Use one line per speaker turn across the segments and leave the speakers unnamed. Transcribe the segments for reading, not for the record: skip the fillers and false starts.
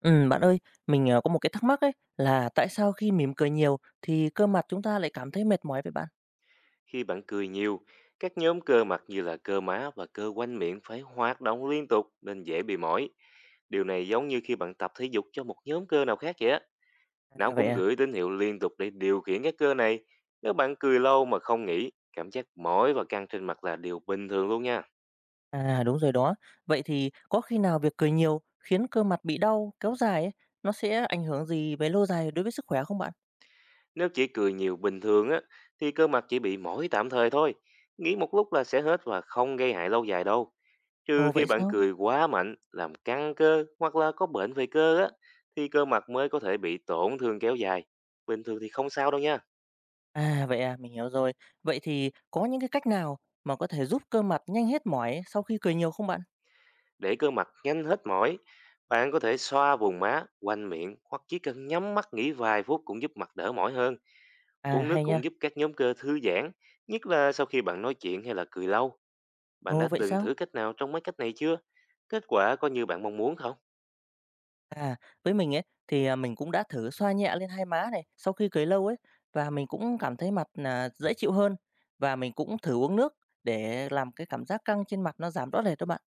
Bạn ơi, mình, có một cái thắc mắc ấy, là tại sao khi mỉm cười nhiều thì cơ mặt chúng ta lại cảm thấy mệt mỏi vậy bạn?
Khi bạn cười nhiều, các nhóm cơ mặt như là cơ má và cơ quanh miệng phải hoạt động liên tục nên dễ bị mỏi. Điều này giống như khi bạn tập thể dục cho một nhóm cơ nào khác vậy á. Não
À, vậy
cũng
à?
gửi tín hiệu liên tục để điều khiển các cơ này. Nếu bạn cười lâu mà không nghỉ, cảm giác mỏi và căng trên mặt là điều bình thường luôn nha.
À, đúng rồi đó. Vậy thì có khi nào việc cười nhiều khiến cơ mặt bị đau kéo dài ấy, nó sẽ ảnh hưởng gì về lâu dài đối với sức khỏe không bạn?
Nếu chỉ cười nhiều bình thường á, thì cơ mặt chỉ bị mỏi tạm thời thôi. Nghỉ một lúc là sẽ hết và không gây hại lâu dài đâu. Trừ
Ồ,
khi
vậy
bạn
sao?
cười quá mạnh, làm căng cơ hoặc là có bệnh về cơ á, thì cơ mặt mới có thể bị tổn thương kéo dài. Bình thường thì không sao đâu nha.
À, vậy à, mình hiểu rồi. Vậy thì có những cái cách nào mà có thể giúp cơ mặt nhanh hết mỏi sau khi cười nhiều không bạn?
Để cơ mặt nhanh hết mỏi, bạn có thể xoa vùng má, quanh miệng hoặc chỉ cần nhắm mắt nghỉ vài phút cũng giúp mặt đỡ mỏi hơn.
À,
Uống nước
hay nha.
cũng giúp các nhóm cơ thư giãn, nhất là sau khi bạn nói chuyện hay là cười lâu. Bạn
Ồ,
đã
vậy
từng
sao?
thử cách nào trong mấy cách này chưa? Kết quả có như bạn mong muốn không?
À, với mình ấy thì, à, mình cũng đã thử xoa nhẹ lên hai má này sau khi cười lâu ấy, và mình cũng cảm thấy mặt là dễ chịu hơn. Và mình cũng thử uống nước để làm cái cảm giác căng trên mặt nó giảm rõ rệt đó bạn.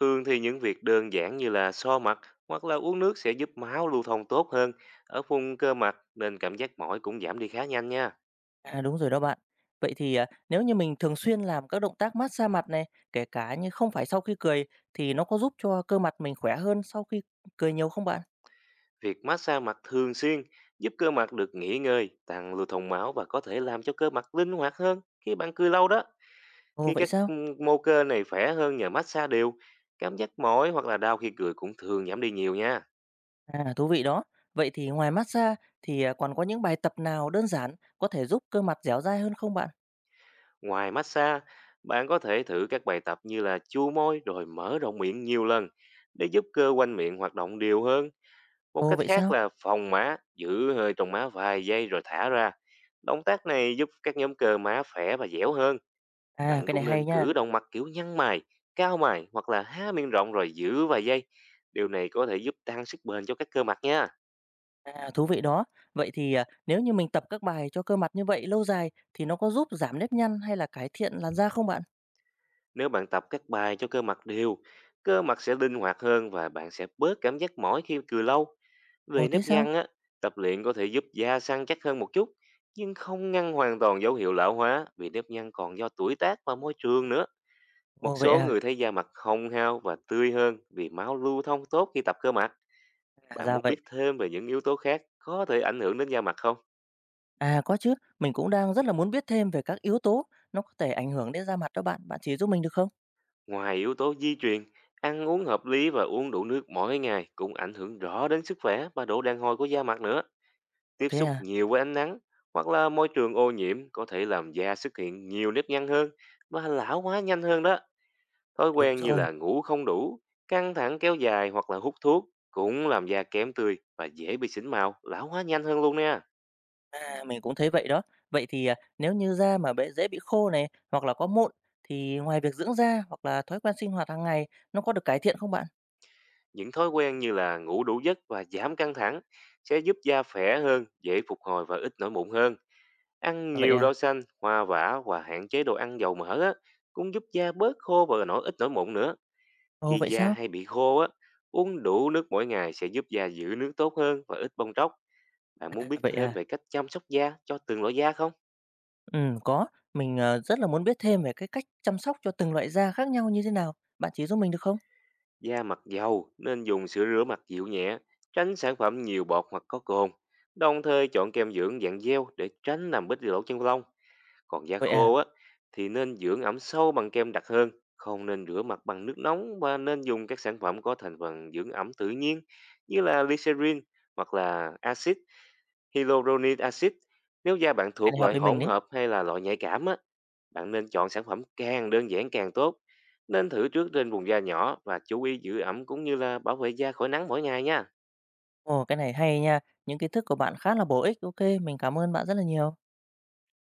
Thường thì những việc đơn giản như là so mặt hoặc là uống nước sẽ giúp máu lưu thông tốt hơn ở vùng cơ mặt nên cảm giác mỏi cũng giảm đi khá nhanh nha.
À, đúng rồi đó bạn. Vậy thì, à, nếu như mình thường xuyên làm các động tác mát xa mặt này, kể cả như không phải sau khi cười thì nó có giúp cho cơ mặt mình khỏe hơn sau khi cười nhiều không bạn?
Việc massage mặt thường xuyên giúp cơ mặt được nghỉ ngơi, tăng lưu thông máu và có thể làm cho cơ mặt linh hoạt hơn khi bạn cười lâu đó.
Ồ,
Khi
vậy
các
sao?
mô cơ này khỏe hơn nhờ massage đều, cảm giác mỏi hoặc là đau khi cười cũng thường giảm đi nhiều nha.
À, thú vị đó. Vậy thì ngoài mát xa thì, à, còn có những bài tập nào đơn giản có thể giúp cơ mặt dẻo dai hơn không bạn?
Ngoài massage, bạn có thể thử các bài tập như là chu môi rồi mở rộng miệng nhiều lần để giúp cơ quanh miệng hoạt động đều hơn. Một
Ồ,
cách
vậy
khác
sao?
là phòng má, giữ hơi trong má vài giây rồi thả ra. Động tác này giúp các nhóm cơ má khỏe và dẻo hơn.
À,
Bạn
cái này
cũng
hay
nên
nha.
cử động mặt kiểu nhăn mày, cao mày hoặc là há miệng rộng rồi giữ vài giây. Điều này có thể giúp tăng sức bền cho các cơ mặt nha.
À, thú vị đó. Vậy thì, à, nếu như mình tập các bài cho cơ mặt như vậy lâu dài thì nó có giúp giảm nếp nhăn hay là cải thiện làn da không bạn?
Nếu bạn tập các bài cho cơ mặt đều, cơ mặt sẽ linh hoạt hơn và bạn sẽ bớt cảm giác mỏi khi cười lâu. Về
Ồ, thế
nếp
sao?
nhăn á, tập luyện có thể giúp da săn chắc hơn một chút, nhưng không ngăn hoàn toàn dấu hiệu lão hóa vì nếp nhăn còn do tuổi tác và môi trường nữa. Một
Ồ, vậy
số
à?
người thấy da mặt hồng hao và tươi hơn vì máu lưu thông tốt khi tập cơ mặt.
À,
Bạn
ra
muốn
vậy.
biết thêm về những yếu tố khác có thể ảnh hưởng đến da mặt không?
À, có chứ. Mình cũng đang rất là muốn biết thêm về các yếu tố nó có thể ảnh hưởng đến da mặt đó bạn. Bạn chỉ giúp mình được không?
Ngoài yếu tố di truyền, ăn uống hợp lý và uống đủ nước mỗi ngày cũng ảnh hưởng rõ đến sức khỏe và độ đàn hồi của da mặt nữa.
Ồ,
Tiếp
thế
xúc
à?
nhiều với ánh nắng hoặc là môi trường ô nhiễm có thể làm da xuất hiện nhiều nếp nhăn hơn và lão hóa nhanh hơn đó. Thói
Đúng
quen như
rồi.
là ngủ không đủ, căng thẳng kéo dài hoặc là hút thuốc cũng làm da kém tươi và dễ bị xỉn màu, lão hóa nhanh hơn luôn nha.
À, mình cũng thấy vậy đó. Vậy thì, à, nếu như da mà bị dễ bị khô này hoặc là có mụn thì ngoài việc dưỡng da hoặc là thói quen sinh hoạt hàng ngày nó có được cải thiện không bạn?
Những thói quen như là ngủ đủ giấc và giảm căng thẳng sẽ giúp da khỏe hơn, dễ phục hồi và ít nổi mụn hơn. Ăn
À, vậy
nhiều
à?
rau xanh, hoa vả và hạn chế đồ ăn dầu mỡ á, cũng giúp da bớt khô và nổi ít nổi mụn nữa.
Ồ,
Khi
vậy
da
sao?
hay bị khô á, uống đủ nước mỗi ngày sẽ giúp da giữ nước tốt hơn và ít bong tróc. Bạn
À,
muốn biết
vậy
thêm
à?
về cách chăm sóc da cho từng loại da không?
Có. Mình, rất là muốn biết thêm về cái cách chăm sóc cho từng loại da khác nhau như thế nào. Bạn chỉ giúp mình được không?
Da mặt dầu nên dùng sữa rửa mặt dịu nhẹ, tránh sản phẩm nhiều bọt hoặc có cồn. Đồng thời chọn kem dưỡng dạng gel để tránh làm bít lỗ chân lông. Còn da
Vậy à,
khô á, thì nên dưỡng ẩm sâu bằng kem đặc hơn. Không nên rửa mặt bằng nước nóng và nên dùng các sản phẩm có thành phần dưỡng ẩm tự nhiên như là glycerin hoặc là axit hyaluronic acid. Nếu da bạn
cái
thuộc
này hợp
loại
với mình
hỗn
đấy.
hợp hay là loại nhạy cảm á, bạn nên chọn sản phẩm càng đơn giản càng tốt. Nên thử trước trên vùng da nhỏ và chú ý giữ ẩm cũng như là bảo vệ da khỏi nắng mỗi ngày nha.
Ồ, cái này hay nha. Những kiến thức của bạn khá là bổ ích. OK, mình cảm ơn bạn rất là nhiều.